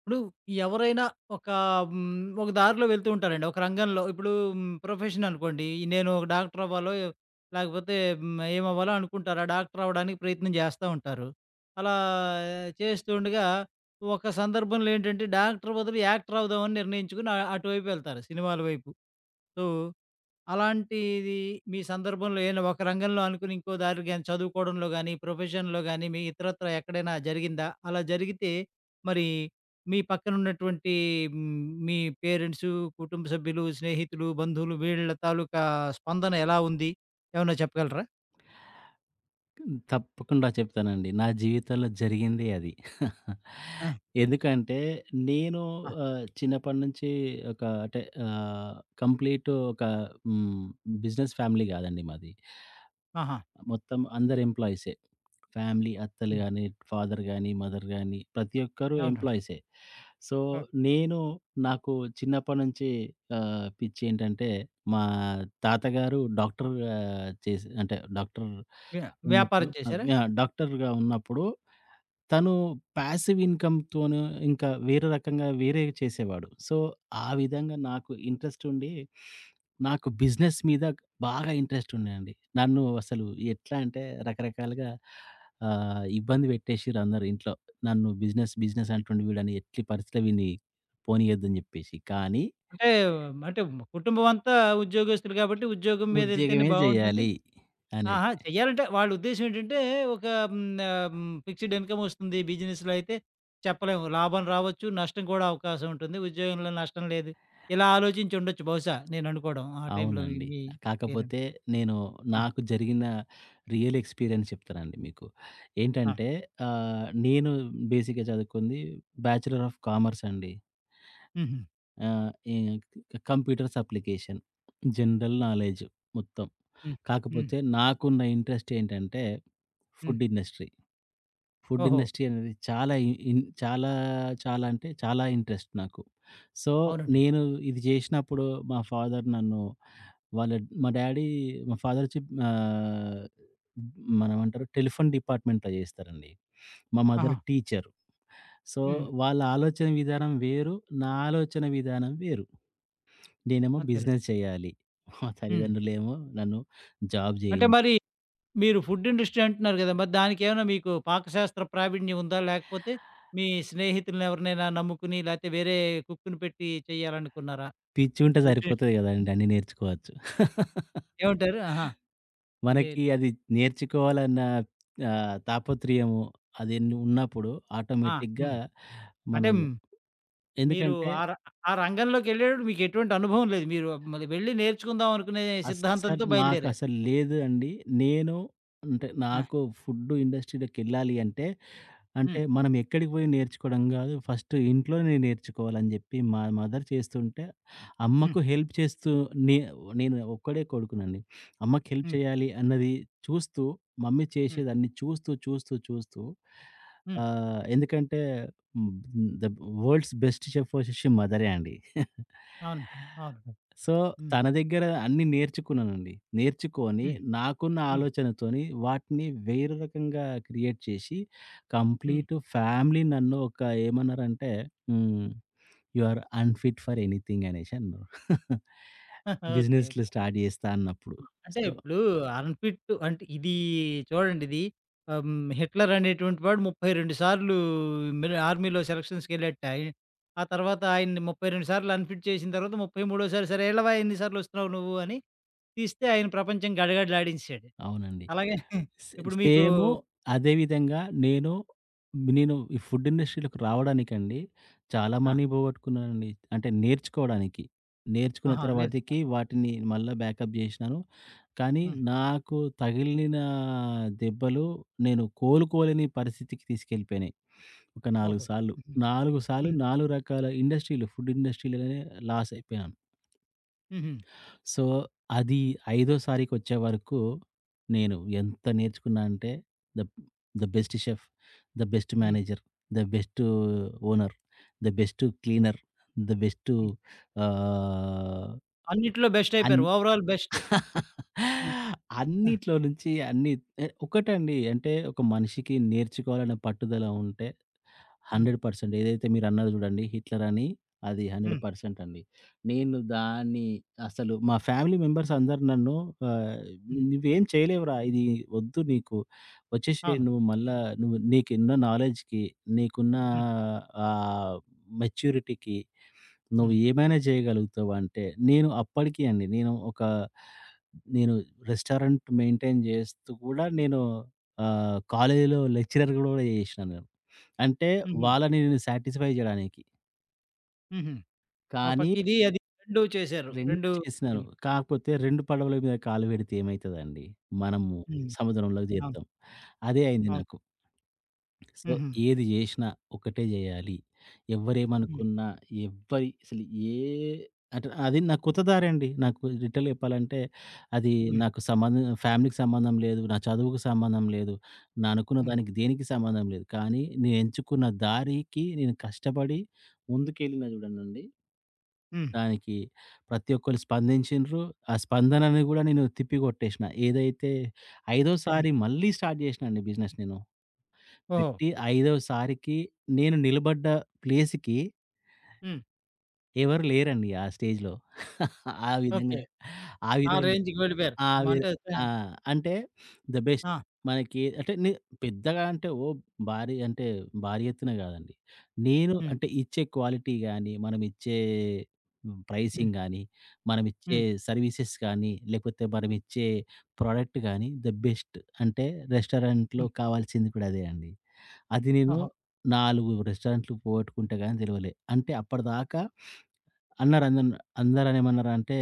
ఇప్పుడు ఎవరైనా ఒక హ్మ్, ఒక దారిలో వెళ్తూ ఉంటారండి. ఒక రంగంలో ఇప్పుడు ప్రొఫెషన్ అనుకోండి. ఈ నేను ఒక డాక్టర్ అవ్వాలో, లేకపోతే ఏమవ్వాలో అనుకుంటారు. ఆ డాక్టర్ అవ్వడానికి ప్రయత్నం చేస్తా ఉంటారు. అలా చేస్తూ ఉండగా ఒక సందర్భంలో ఏంటంటే డాక్టర్ బదులు యాక్టర్ అవుదామని నిర్ణయించుకొని అటువైపు వెళ్తారు సినిమాల వైపు. సో అలాంటిది మీ సందర్భంలో ఏమైనా ఒక రంగంలో అనుకుని ఇంకో దారి గాని చదువుకోవడంలో గాని, ప్రొఫెషన్‌లో గాని, మీ ఇతరత్రా ఎక్కడైనా జరిగిందా? అలా జరిగితే మరి మీ పక్కనున్నటువంటి మీ పేరెంట్సు, కుటుంబ సభ్యులు, స్నేహితులు, బంధువులు వీళ్ళ తాలూకా స్పందన ఎలా ఉంది? ఏమన్నా చెప్పగలరా? హ్మ్. తప్పకుండా చెప్తానండి. నా జీవితంలో జరిగిందే అది. ఆ! ఎందుకంటే నేను ఆ! చిన్నప్పటి నుంచి ఒక అంటే కంప్లీట్ ఒక హ్మ్. బిజినెస్ ఫ్యామిలీ కాదండి మాది. ఆహా! మొత్తం అందరు ఎంప్లాయీసే. ఫ్యామిలీ అత్తలు హ్మ్. గాని, ఫాదర్ గాని, మదర్ గాని ప్రతి ఒక్కరు అవునండి. ఎంప్లాయీసే. సో, హ్మ్. నేను నాకు చిన్నప్పటి నుంచి పిచ్చేంటంటే మా తాతగారు డాక్టర్ చేసి అంటే డాక్టర్ వ్య వ్యాపారం ఉన్నప్పుడు అవ్ చేశారా? యాహ్! డాక్టర్‌గా ఉన్నప్పుడు తను పాసివ్ ఇన్‌కమ్‌తోను ఇంకా వేరే రకంగా వేరేవి చేసేవాడు. సో, ఆ విధంగా నాకు ఇంట్రెస్ట్ ఉండి, నాకు బిజినెస్ మీద బాగా ఇంట్రెస్ట్ ఉండేనండి. నన్ను అసలు ఎట్లా అంటే రకరకాలుగా ఇబ్బంది పెట్టేసిర్రు అందరూ ఇంట్లో. నన్ను బిజినెస్, బిజినెస్ అంటుండు వీడని ఎట్టి పరిస్థితిలో వీడిని పోనీయొద్దని చెప్పేసి. కానీ అంటే, అంటే, కుటుంబం అంతా ఉద్యోగస్తులు కాబట్టి ఉద్యోగం మీద ఎళ్తేనే ఉద్యోగమే బావుంటుంది. జేయాలి అనే. ఆహా! చెయ్యాలంటే వాళ్ళ ఉద్దేశ్యం ఏంటంటే, ఒక ఫిక్స్‌డ్ ఇన్‌కమ్ వస్తుంది. బిజినెస్‌లో అయితే చెప్పలేము. లాభం రావచ్చు, నష్టం కూడా అవకాశం ఉంటుంది. ఉద్యోగంలో నష్టం లేదు. ఇలా ఆలోచించి ఉండొచ్చు బహుశా నేననుకోవడం. ఆ టైంలో మీ అవునండి. మీ పేరెంట్. కాకపోతే నేను ఆ! నాకు జరిగిన రియల్ ఎక్స్‌పీరియన్స్ చెప్తానండి మీకు. ఆ! ఏంటంటే నేను బేసిక్‌గా చదువుకుంది బ్యాచిలర్ ఆఫ్ కామర్స్ అండి. హుహు. ఈ కంప్యూటర్స్ అప్లికేషన్, జనరల్ నాలెడ్జ్ మొత్తం. హ్మ్. హ్మ్. కాకపోతే నాకున్న ఇంట్రెస్ట్ ఏంటంటే హ్మ్. Food industry. ఫుడ్ ఓహో! ఇండస్ట్రీ అనేది చాలా ఇ ఇన్ చాలా చాలా అంటే చాలా ఇంట్రెస్ట్ నాకు. సో, అవునండి. నేను ఇది జేసినప్పుడు మా ఫాదర్ నన్ను వాళ్ళ మా డ్యాడీ మా ఫాదర్ వచ్చి ఆహ్, మనమేమంటారు టెలిఫోన్ డిపార్ట్‌మెంట్‌లో చేస్తారండి. మా ఆహా! Mother teacher. సో, హ్మ్. వాళ్ళ ఆలోచన విధానం వేరు. నా ఆలోచన విధానం వేరు. నేనేమో అంతేలెండి. బిజినెస్ చేయాలి. మా హ్మ్. తల్లిదండ్రులేమో నన్ను జాబ్ అంటే మరి చేయించాలి. మీరు ఫుడ్ ఇండస్ట్రీ అంటున్నారు గదా! మరి దానికేమైనా మీకు పాకశాస్త్ర ప్రావీణ్యం ఉందా? లేకపోతే మీ స్నేహితుల్ని ఎవరినైనా నమ్ముకుని, లేతే వేరే కుక్‌ని పెట్టి చేయాలనుకున్నారా? పిచ్చుంటే ఫుడ్ టేస్ట్ సరిపోతది కదండీ! అన్నీ నేర్చుకోవచ్చు. ఏమంటారు? ఆహా! నే మనకి అది నేర్చుకోవాలన్న తాపత్రయము అది ఎన్ని ఉన్నప్పుడు ఆ! ఆటోమేటిక్‌గా హ్మ్. అంటే మనము మీరు ఎందుకంటే ఆ ర ఆ రంగంలోకెళ్ళేటప్పుడు మీకు ఎటువంటి అనుభవం లేదు. మీరు మరి వెళ్లి నేర్చుకుందాం అనుకునే అస్సలు సిద్ధాంతంతో బయలుదేరారు. నాకసలు లేదు అండి. నేను అంటే ఆ! నాకు ఫుడ్ ఇండస్ట్రీలోకెళ్ళాలి అంటే, అంటే హ్మ్. మనం ఎక్కడికి పోయి నేర్చుకోవడం గాదు. ఫస్ట్ ఇంట్లోనే నేర్చుకోవాలని జెప్పి మా మదర్ చేస్తుంటే, హ్మ్. అమ్మకు హెల్ప్ చేస్తూ నే నేను ఒక్కడే కొడుకునండి. అమ్మకి హెల్ప్ హ్మ్. చేయాలి అన్నది చూస్తూ, మమ్మీ హ్మ్. చేసేదన్ని చూస్తూ, చూస్తూ, చూస్తూ హ్మ్. ఎందుకంటే ద వరల్డ్స్ బెస్ట్ చెఫ్ వచ్చేసి మదరే అండి. అవును. అవును. సో, హ్మ్. తన దగ్గర అన్నీ నేర్చుకున్నానండి. నేర్చుకొని హ్మ్. నాకున్న హ్మ్. ఆలోచనతోని వాటిని వేరే రకంగా క్రియేట్ చేసి హ్మ్. కంప్లీట్ ఫ్యామిలీ నన్ను ఒక ఏమన్నారంటే హ్మ్. "You are unfit for anything" అనేసి అన్నారు. ఓకే. బిజినెస్‌లు స్టార్ట్ చేస్తా అన్నప్పుడు. అంటే సో ఇప్పుడు అన్‌ఫిట్ అంటే ఇది చూడండి, ఆహ్, హ్మ్. హిట్లర్ అనేటువంటి వాడు 32 సార్లు మిలి ఆర్మీలో సెలక్షన్స్‌కెళ్ళాడట. ఆ తర్వాత ఆయన్ని 32 సార్లు అన్‌ఫిట్ చేసిన తర్వాత 33 సరే ఎళ్ళవా ఎన్ని సార్లు వస్తున్నావు నువ్వు అని తీస్తే ఆయన ప్రపంచం గడగడలాడించేసాడు. అవునండి. అలాగే సే ఇప్పుడు మీకు సేము అదే విధంగా నేను, నేను ఈ ఫుడ్ ఇండస్ట్రీ‌లోకి రావడానికండి చాలా ఆ! మనీ పోగొట్టుకున్నానండి. అంటే నేర్చుకోవడానికి. నేర్చుకున్న ఆహా! తర్వాతకి నేర్చుకోవాలి. వాటిని మళ్ళా బ్యాకప్ జేసినాను. కానీ హ్మ్. నాకు తగిలిన దెబ్బలు నేను కోలుకోలేని పరిస్థితికి తీసుకెళ్ళిపోయినాయి. ఒక 4 ఓకే. సార్లు. హుహు. 4 సార్లు హ్మ్. 4 రకాల ఇండస్ట్రీలు, ఫుడ్ ఇండస్ట్రీ‌లోనే లాస్ అయిపోయాను. హుహు. సో, అది ఐదోసారికొచ్చే వరకు నేను ఎంత నేర్చుకున్నా అంటే the the best chef, the best హ్మ్. Manager, the best owner, the best cleaner, the best హ్మ్. ఆహ్, అన్నిట్లో బెస్ట్ అన్ అయిపోయారు. Overall best. హ్మ్. హ్మ్. అన్నిట్లో నుంచి అన్ని ఎ ఒకటండి. అంటే ఒక మనిషికి నేర్చుకోవాలనే పట్టుదల ఉంటే హ్మ్. 100% ఏదైతే మీరన్నారు చూడండి హిట్లర్ అని అది హ్మ్. 100% అండి. నేను దాన్ని అసలు మా ఫ్యామిలీ మెంబర్స్ అందరూ నన్ను ఆహ్, హ్మ్. "నువ్వేం చేయలేవురా ఇది వద్దు నీకు. వచ్చేసేయి అవును. నువ్వు మళ్ళా నువ్వు నీకున్న నాలెడ్జ్‌కి, నీకున్న హ్మ్. ఆహ్, మెచ్యూరిటీకి" నువ్వు హ్మ్. ఏమైనా చేయగలుగుతావా? అంటే, నేను అప్పటికి అండి నేను ఒక నేను రెస్టారెంట్ మెయింటైన్ చేస్తూ కూడా నేను కాలేజీలో లెక్చరర్ గూడా చేసినాను నేను. అంటే హుహు. వాళ్ళని నేను సాటిస్ఫై చేయడానికి. హుహు. ఆ కానీ పక్క ఇది అది 2 చేశారు. 2 2 చేసినాను. హ్మ్. కాకపోతే 2 పడవల మీద కాలు పెడితే ఏమైతదండి? మనము హ్మ్. సముద్రంలోకి అవును. చేరుతాం. అదే అయింది అవును. నాకు. సో, హుహు. ఏది జేషినా ఒకటే జేయాలి. హ్మ్. ఎవ్వరేమనుకున్నా, ఎవ్వరి అసలు ఏ అంటే అది నా కొత్త దారండి. నాకు లిటరల్లీ చెప్పాలంటే, అది హ్మ్. నాకు సంబంధం ఫ్యామిలీకి సంబంధం లేదు. నా చదువుకు సంబంధం లేదు. నా అనుకున్న హ్మ్. దానికి దేనికి సంబంధం లేదు. కానీ నేను ఎంచుకున్న దారికి నేను కష్టపడి ముందుకెళ్ళినా చూడండండి, హ్మ్. దానికి ప్రతి ఒక్కళ్ళు స్పందించిండ్రు. ఆ స్పందనని గూడా నేను తిప్పికొట్టేషిన. ఏదైతే హ్మ్. ఐదోసారి మళ్ళీ స్టార్ట్ జేషినా అండి బిజినెస్ నేను. ఓహో! పెట్టి ఐదోసారికి నేను నిలబడ్డ ప్లేస్‌కి హ్మ్. ఎవరు లేరండి ఆ స్టేజ్‌లో. ఆ ఓకే. విధంగా ఆ ఆ విధంగా రేంజ్‌కి వెళ్ళిపోయారు. ఆ! వి అంటే ఆ! ఆ! అంటే ద బెస్ట్. ఆ! మనకి అంటే నే పెద్దగా అంటే ఓ భారీ అంటే భారీ ఎత్తున కాదండి. నేను హ్మ్. అంటే ఇచ్చే క్వాలిటీ గాని, మనం ఇచ్చే హ్మ్. ప్రైసింగ్ గాని, మనం ఇచ్చే హ్మ్. సర్వీసెస్ కానీ, లేకపోతే మనం ఇచ్చే ప్రొడక్ట్ గాని ద బెస్ట్. అంటే రెస్టారెంట్‌లో హ్మ్. కావాల్సింది కూడా అదే అండి. అది నేను ఓహో! 4 రెస్టారెంట్లు పోగొట్టుకుంటే గాని తెలవలే. అంటే అప్పటిదాకా అన్నారు అందన్ అందరేమన్నారంటే,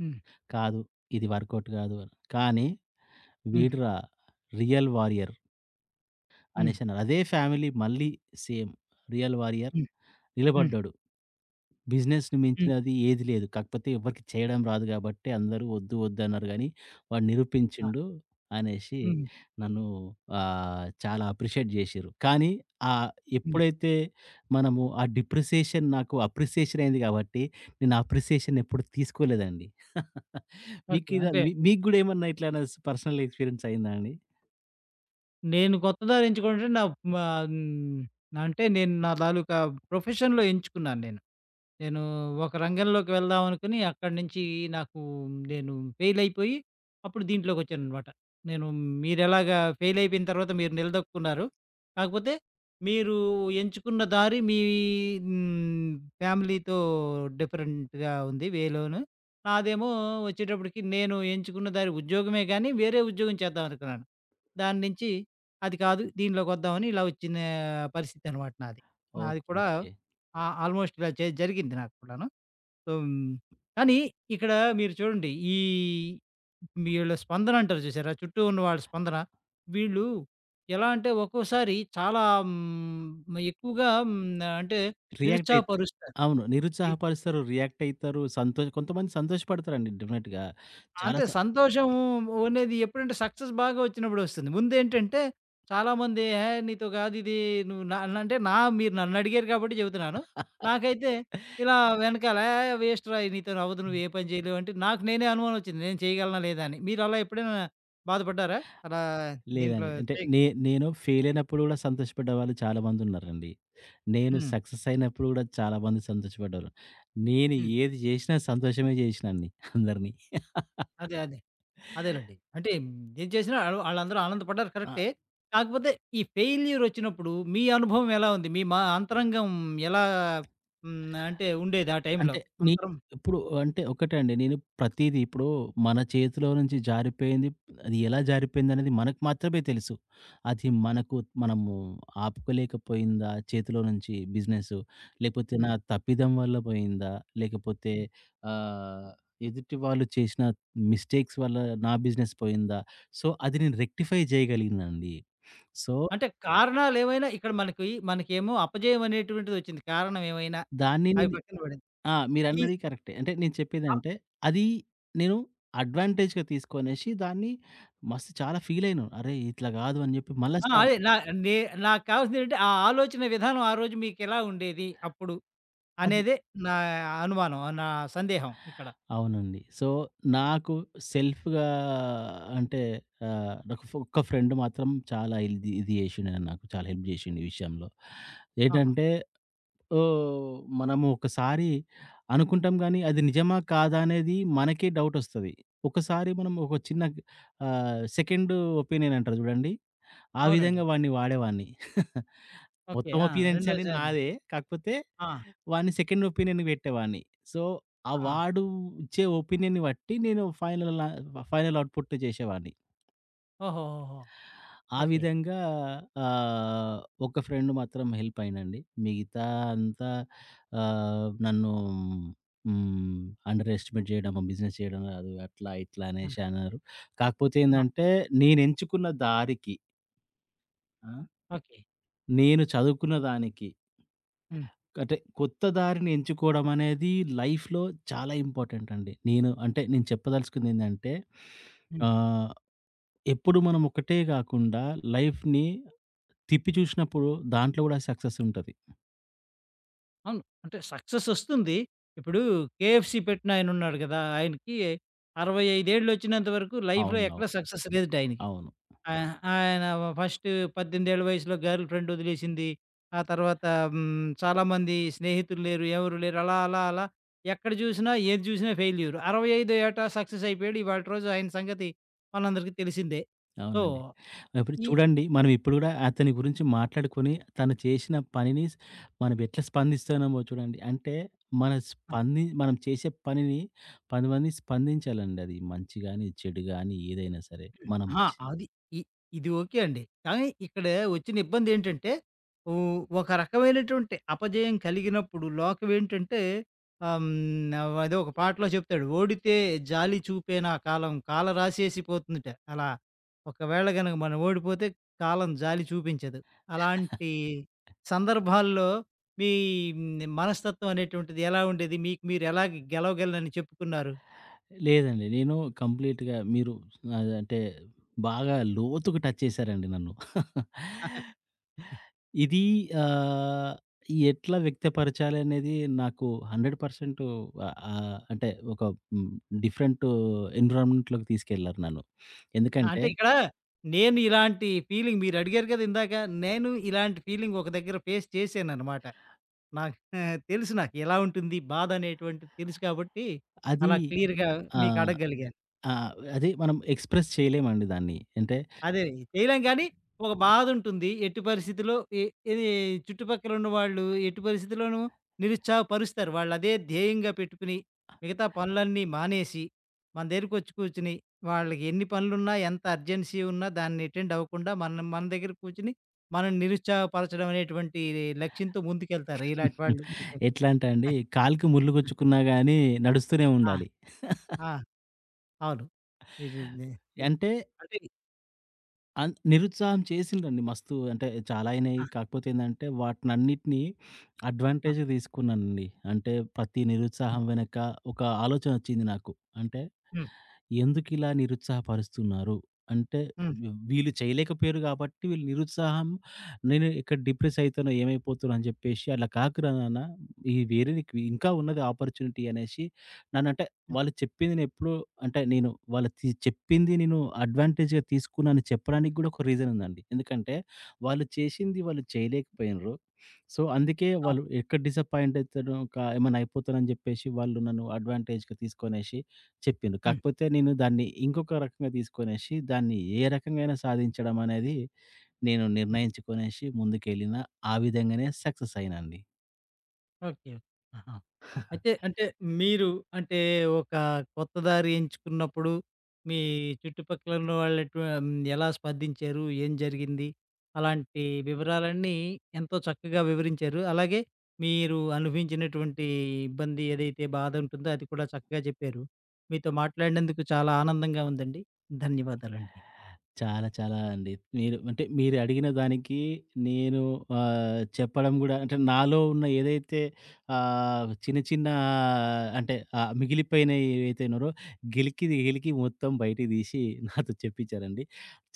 హ్మ్. "కాదు ఇది వర్కౌట్ కాదు" అని. కానీ హ్మ్. వీడురా రియల్ వారియర్ హ్మ్. అనేసన్నారు. అదే ఫ్యామిలీ మళ్ళీ సేమ్ రియల్ వారియర్ హ్మ్. హ్మ్. నిలబడ్డాడు. బిజినెస్‌ని హ్మ్. మించినది ఏది లేదు. కాకపోతే ఎవ్వరికీ చేయడం రాదు గాబట్టి అందరూ వద్దు, వద్దు అన్నారు గానీ, వాడు ఆ! నిరూపించిండు అనేసి హ్మ్. నన్ను చాలా అప్రిషియేట్ జేషిర్రు. కానీ ఆహ్, హ్మ్. ఎప్పుడైతే మనము ఆ డిప్రిసియేషన్ నాకు అప్రిసియేషన్ అయింది గాబట్టి, నేను ఆ అప్రిసియేషన్ ఎప్పుడు తీసుకోలేదండి. మీకు ఓకే. ఇలా అంటే మీ మీకు గూడా ఏమన్నా ఇట్లానా స్ పర్సనల్ ఎక్స్‌పీరియన్స్ అయిందా అండి? నేను కొత్త దారి ఎంచుకోవడం నా మ హ్మ్. అంటే నేను నా తాలూకా ప్రొఫెషన్‌లో ఎంచుకున్నాను నేను. నేను ఒక రంగంలోకి వెళ్దాం అనుకుని అక్కడి నుంచి నాకు నేను ఫెయిల్ అయిపోయి అప్పుడు దీంట్లోకి వచ్చాననమాట. నేను మీరెలాగా ఫెయిల్ అయిపోయిన తర్వాత మీరు నిలదొక్కున్నారు. కాకపోతే మీరు ఎంచుకున్న దారి మీ హ్మ్, ఫ్యామిలీతో డిఫరెంట్‌గా ఉంది వేలోను. నాదేమో వచ్చేటప్పటికి నేను ఎంచుకున్న దారి ఉద్యోగమే గానీ వేరే ఉద్యోగం చేద్దాం అనుకున్నాను. దాని నుంచి అది కాదు దీనిలోకొద్దామని ఇలా వచ్చిన పరిస్థితనమాట నాది. ఓకే. నాది కూడా ఓకే. ఆ! ఆల్‌మోస్ట్ ఇలా జరిగింది నాకు కూడాను. సో, కానీ ఇక్కడ మీరు చూడండి ఈ వీళ్ళ స్పందన అంటారు చూసారా? చుట్టూ ఉన్న వాళ్ళ స్పందన. వీళ్ళు ఎలా అంటే ఒక్కోసారి చాలా ఎక్కువగా అంటే రియాక్ట్ అయిత్ నిరుత్సాహపరుస్తారు. అవును. నిరుత్సాహపరుస్తారు, రియాక్ట్ అయితారు, సంతోష్ కొంతమంది సంతోషపడతారండి డెఫినెట్‌గా. చాలా అంటే సంతోషం అనేది ఎప్పుడంటే సక్సెస్ బాగా వచ్చినప్పుడు వస్తుంది. ముందేంటంటే చాలామంది "ఏహే! నీతో కాదు ఇది నువ్వు నా" నా-" అంటే నా మీరు నన్నడిగారు కాబట్టి చెబుతున్నాను. నాకైతే ఇలా వెనకాల "ఏహ్! వేస్ట్‌రా నీతోని అవ్వదు. నువ్వు ఏ పని చేయలేవు" అంటే నాకు నేనే అనుమానం వచ్చింది. నేను చేయగలనా లేదా అని. మీరు అలా ఎప్పుడైనా బాధపడ్డారా? అలా దీంట్లో లేదండి. అంటే చేయ్ నే నేను ఫెయిలయినప్పుడు గూడా సంతోషపడ్డవాళ్ళు చాలా మందున్నారండి. నేను హ్మ్. సక్సెస్ అయినప్పుడు గూడా చాలా మంది సంతోషపడ్డారు. నేను హ్మ్. ఏది జేసినా సంతోషమే జేసినా అండి అందరిని. అదే. అదేలెండి. అంటే ఏం చేసినా ఆళ్ళు ఆళ్ళందరూ ఆనందపడ్డారు ఆ! కరెక్టే. కాకపోతే ఈ ఫెయిల్యూర్ ఒచ్చినప్పుడు మీ అనుభవం ఎలా ఉంది? మీ మా అంతరంగం ఎలా హ్మ్. అంటే ఉండేది ఆ టైంలో? అంటే నీ అంతరం ఇప్పుడు అంటే ఒకటే అండి. నేను ప్రతీది ఇప్పుడు మన చేతిలో నుంచి జారిపోయింది. అది ఎలా జారిపోయిందనేది మనకు మాత్రమే తెలుసు. అది మనకు మనము ఆపుకోలేకపోయిందా చేతిలో నుంచి బిజినెసు? లేకపోతే నా హ్మ్. తప్పిదం వల్ల పోయిందా? లేకపోతే హ్మ్. ఆహ్, ఎదుటి వాళ్ళు చేసిన మిస్టేక్స్ వల్ల నా బిజినెస్ పోయిందా? సో, అది నేను రెక్టిఫై చేయగలిగినా అండి. సో, అంటే కారణాలేవైనా ఇక్కడ మనకి మనకేమో అపజయం అనేటువంటిదొచ్చింది. కారణం ఏమైనా దాన్ని అవి నేను పక్కన పడింది. ఆ! ఈ మీరన్నది కరెక్టే. అంటే నేను అప్ చెప్పేదేంటే, అది నేను అడ్వాంటేజ్‌గా తీసుకొనేసి దాన్ని మస్తు చాలా ఫీలయినాను. అరే! ఇట్లా గాదు అని జెప్పి మళ్ళా ఆ! స్టా అదే నా నే నాకు కావాల్సిందేంటంటే ఆ ఆలోచన విధానం ఆ రోజు మీకెలా ఉండేది అప్పుడు? అది. అనేదే నా అనుమానం. నా సందేహం ఇక్కడ. అవునండి. సో, నాకు సెల్ఫ్‌గా అంటే నాకు ఒక్క ఫ్రెండ్ మాత్రం చాలా ఇది ఇది జేషిండు నాకు చాలా హెల్ప్ జేషిండు ఈ విషయంలో. ఆహా! ఏటంటే ఓహ్! మనము ఒకసారి అనుకుంటాం గానీ, అది నిజమా? కాదా? అనేది మనకే డౌటొస్తది. ఒకసారి మనం ఒక చిన్న సెకండ్ ఒపీనియన్ అంటారు జూడండి. ఆ అవునండి. విధంగా వాడిని వాడేవాడిని. ఓకే. మొత్తం ఆ! ఒపీనియన్స్ అని రెండోసారి. నాదే. కాకపోతే ఆ! వాడిని సెకండ్ ఒపీనియన్‌కి పెట్టేవాడిని. సో, ఆ ఆ! వాడు ఇచ్చే ఒపీనియన్‌ని బట్టి నేను ఫైనల్ ఫైనల్ అవుట్‌పుట్ చేసేవాడిని. ఓహోహోహో! ఆ ఓకే. విధంగా ఆహ్, ఒక ఫ్రెండ్ మాత్రం హెల్ప్ అయిండండి. మిగతా అంతా నన్ను హ్మ్. అండర్ ఎస్టిమేట్ చేయడం, బిజినెస్ చేయడం రాదు అట్లా ఇట్లా ఆ! అనేసి అన్నారు. కాకపోతే ఆ! ఏందంటే నేను ఎంచుకున్న దారికి, ఆ! ఓకే. నేను చదువుకున్న దానికి హ్మ్. అంటే కొత్త దారిని ఎంచుకోవడం అనేది లైఫ్‌లో చాలా ఇంపార్టెంట్ అండి. నేను అంటే నేను చెప్పదలుచుకుంది ఏందంటే హ్మ్. ఆహ్, ఎప్పుడు మనం ఒకటే కాకుండా లైఫ్‌ని తిప్పి చూసినప్పుడు దాంట్లో కూడా సక్సెస్ ఉంటది. అవును. అంటే సక్సెస్ ఒస్తుంది. ఇప్పుడు 'కేఎఫ్‌సి' పెట్టిన ఆయనున్నాడు గదా! ఆయనకి 65 ఏళ్లొచ్చినంత వరకు లైఫ్‌లో అవునవును. ఎక్కడ సక్సెస్ లేదట ఆయనకి. అవును. ఆ! ఆయన ఫస్ట్ 18 ఏళ్ల వయసులో గర్ల్ ఫ్రెండ్ వదిలేసింది. ఆ తర్వాత చాలామంది స్నేహితులు లేరు, ఎవరు లేరు. అలా, అలా, అలా ఎక్కడ జూసినా, ఏది జూసినా ఫెయిల్యూర్. 65 ఏట సక్సెస్ అయిపోయాడు. ఇవాళటి రోజు ఆయన సంగతి మనందరికీ తెలిసిందే. సో, అవునండి. ఇప్పుడు ఈ చూడండి మనం ఇప్పుడు కూడా అతని గురించి మాట్లాడుకొని తను చేసిన పనిని స్ మనం ఎట్లా స్పందిస్తున్నామో చూడండి. అంటే మన స్పంది మనం చేసే పనిని 10 మంది స్పందించాలండి అది మంచి గాని, చెడు గాని ఏదైనా సరే. మనం అహా! చ్ అది. ఇ ఇది ఓకే అండి. కానీ ఇక్కడ వచ్చిన ఇబ్బందేంటంటే, ఓ ఒక రకమైనటువంటి అపజయం కలిగినప్పుడు లోకవేంటంటే అదో ఒక పాటలో చెప్తాడు. "ఓడితే జాలి చూపేనా కాలం కాల రాసేసిపోతుందిట" అలా. ఒకవేళ గనక మనం ఓడిపోతే కాలం జాలి చూపించదు. అలాంటి సందర్భాల్లో మీ మనస్తత్వం అనేటువంటిది ఎలా ఉండేది? మీకు మీరు ఎలా గెలవగలనని చెప్పుకున్నారు? లేదండి. నేను కంప్లీట్‌గా మీరు అంటే బాగా లోతుగా టచ్ చేశారండి నన్ను. ఇది ఆహ్, ఎట్లా వ్యక్తపరచాలి అనేది నాకు 100% ఆహ్, ఆహ్, అంటే ఒక హ్మ్, డిఫరెంట్ ఎన్విరాన్మెంట్‌లోకి తీసుకెళ్లారు నన్ను. ఎందుకంటే అంటే ఇక్కడ నేను ఇలాంటి ఫీలింగ్ మీరడిగారు కదా ఇందాక. నేను ఇలాంటి ఫీలింగ్ ఒక దగ్గర ఫేస్ చేశాననమాట. నాకు తెలుసు నాకు ఎలా ఉంటుంది బాధనేటువంటిది తెలుసు కాబట్టి, అది అలా క్లియర్‌గా మీకు ఆహ్, అడగగలిగాను. ఆహ్, అది మనం ఎక్స్‌ప్రెస్ చేయలేమండి దాన్ని. అంటే అదే. చేయలేం కానీ, ఒక బాధుంటుంది. ఎట్టి పరిస్థితిలో ఇ ఇది చుట్టుపక్కల ఉన్నవాళ్ళు ఎట్టి పరిస్థితిలోనూ నిరుత్సాహపరుస్తారు. వాళ్ళదే ధ్యేయంగా పెట్టుకుని, మిగతా పనులన్నీ మానేసి, మన దగ్గరకొచ్చి కూర్చుని, వాళ్ళకి ఎన్ని పనులున్నా, ఎంత అర్జెన్సీ ఉన్నా దాన్ని అటెండ్ అవ్వకుండా, మనం మన దగ్గర కూర్చుని, మనల్ని నిరుత్సాహపరచడం అనేటువంటి లక్ష్యంతో ముందుకెళ్తారు ఇలాంటి వాళ్ళు. మీకు ఎట్లా అంటే అండి కాలికి ముల్లు గుచ్చుకున్నా గాని నడుస్తూనే ఆ! ఉండాలి. ఆ! అవును. ఇది ఇది అంటే అంటే నిరుత్సాహం చేసిండ్రండి మస్తు. అంటే చాలా అయినాయి. ఆ! కాకపోతే ఏందంటే వాటినన్నిటిని ఆ! అడ్వాంటేజ్‌గా తీసుకున్నానండి. అంటే ప్రతి హ్మ్. నిరుత్సాహం వెనక ఒక ఆలోచన వచ్చింది నాకు. అంటే హ్మ్. ఎందుకిలా నిరుత్సాహపరుస్తున్నారు? అంటే హ్మ్. వీళ్ళు చేయలేకపోయారు కాబట్టి వీళ్ళు నిరుత్సాహం నేను ఇక్కడ డిప్రెస్ అయితానో, ఏమైపోతానో అని చెప్పేసి అలా కాకురా నాన్న. ఈ వేరే నీకు ఇంకా ఉన్నది ఆపర్చునిటీ అనేసి నన్నంటే హ్మ్. వాళ్ళు చెప్పింది నేనెప్పుడూ అంటే నేను వాళ్ళు చెప్పింది నేను అడ్వాంటేజ్‌గా తీసుకున్నానని చెప్పడానికి గూడా ఒక రీజన్ ఉందండి. ఎందుకంటే వాళ్ళు చేశింది వాళ్ళు చేయలేకపోయినరు. సో, అందుకే అవును. వాళ్ళు ఎక్కడ డిసప్పాయింట్ అయితానో ఏమన్నా అయిపోతానని జెప్పేసి వాళ్ళు నన్ను అడ్వాంటేజ్‌గా తీసుకొనేసి చెప్పిండ్రు. హ్మ్. కాకపోతే నేను దాన్ని ఇంకొక రకంగా తీసుకొనేసి దాన్ని ఏ రకంగైనా సాధించడం అనేది నేను హ్మ్. నిర్ణయించుకొనేసి ముందుకెళ్ళిన. ఆ విధంగానే సక్సెస్ అయినా అండి. ఓకే. ఆహా! అయితే అంటే మీరు అంటే ఒక కొత్త దారి ఎంచుకున్నప్పుడు మీ చుట్టుపక్కల ఉన్న వాళ్ళు ఎటు ఎలా స్పందించారు? ఏం జరిగింది? అలాంటి వివరాలన్నీ ఎంతో చక్కగా వివరించారు. అలాగే మీరు అనుభవించినటువంటి ఇబ్బంది ఏదైతే బాధ ఉంటుందో అది కూడా చక్కగా చెప్పారు. మీతో మాట్లాడినందుకు చాలా ఆనందంగా ఉందండి. ధన్యవాదాలండి. చాలా చాలా అండి. మీరు అంటే మీరడిగిన దానికి నేను చెప్పడం గూడా అంటే నాలో ఉన్న ఏదైతే చిన్న చిన్న అంటే మిగిలిపోయినయి ఏవైతే ఉన్నారో గెలికి గెలికి మొత్తం బయటికి తీసి నాతో చెప్పించారండి.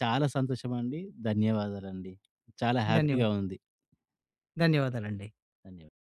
చాలా సంతోషమండి. ధన్యవాదాలండి. చాలా హ్యాపీగా ధన్యవాదాలు. ఉంది. ధన్యవాదాలండి. ధన్యవాదాలు.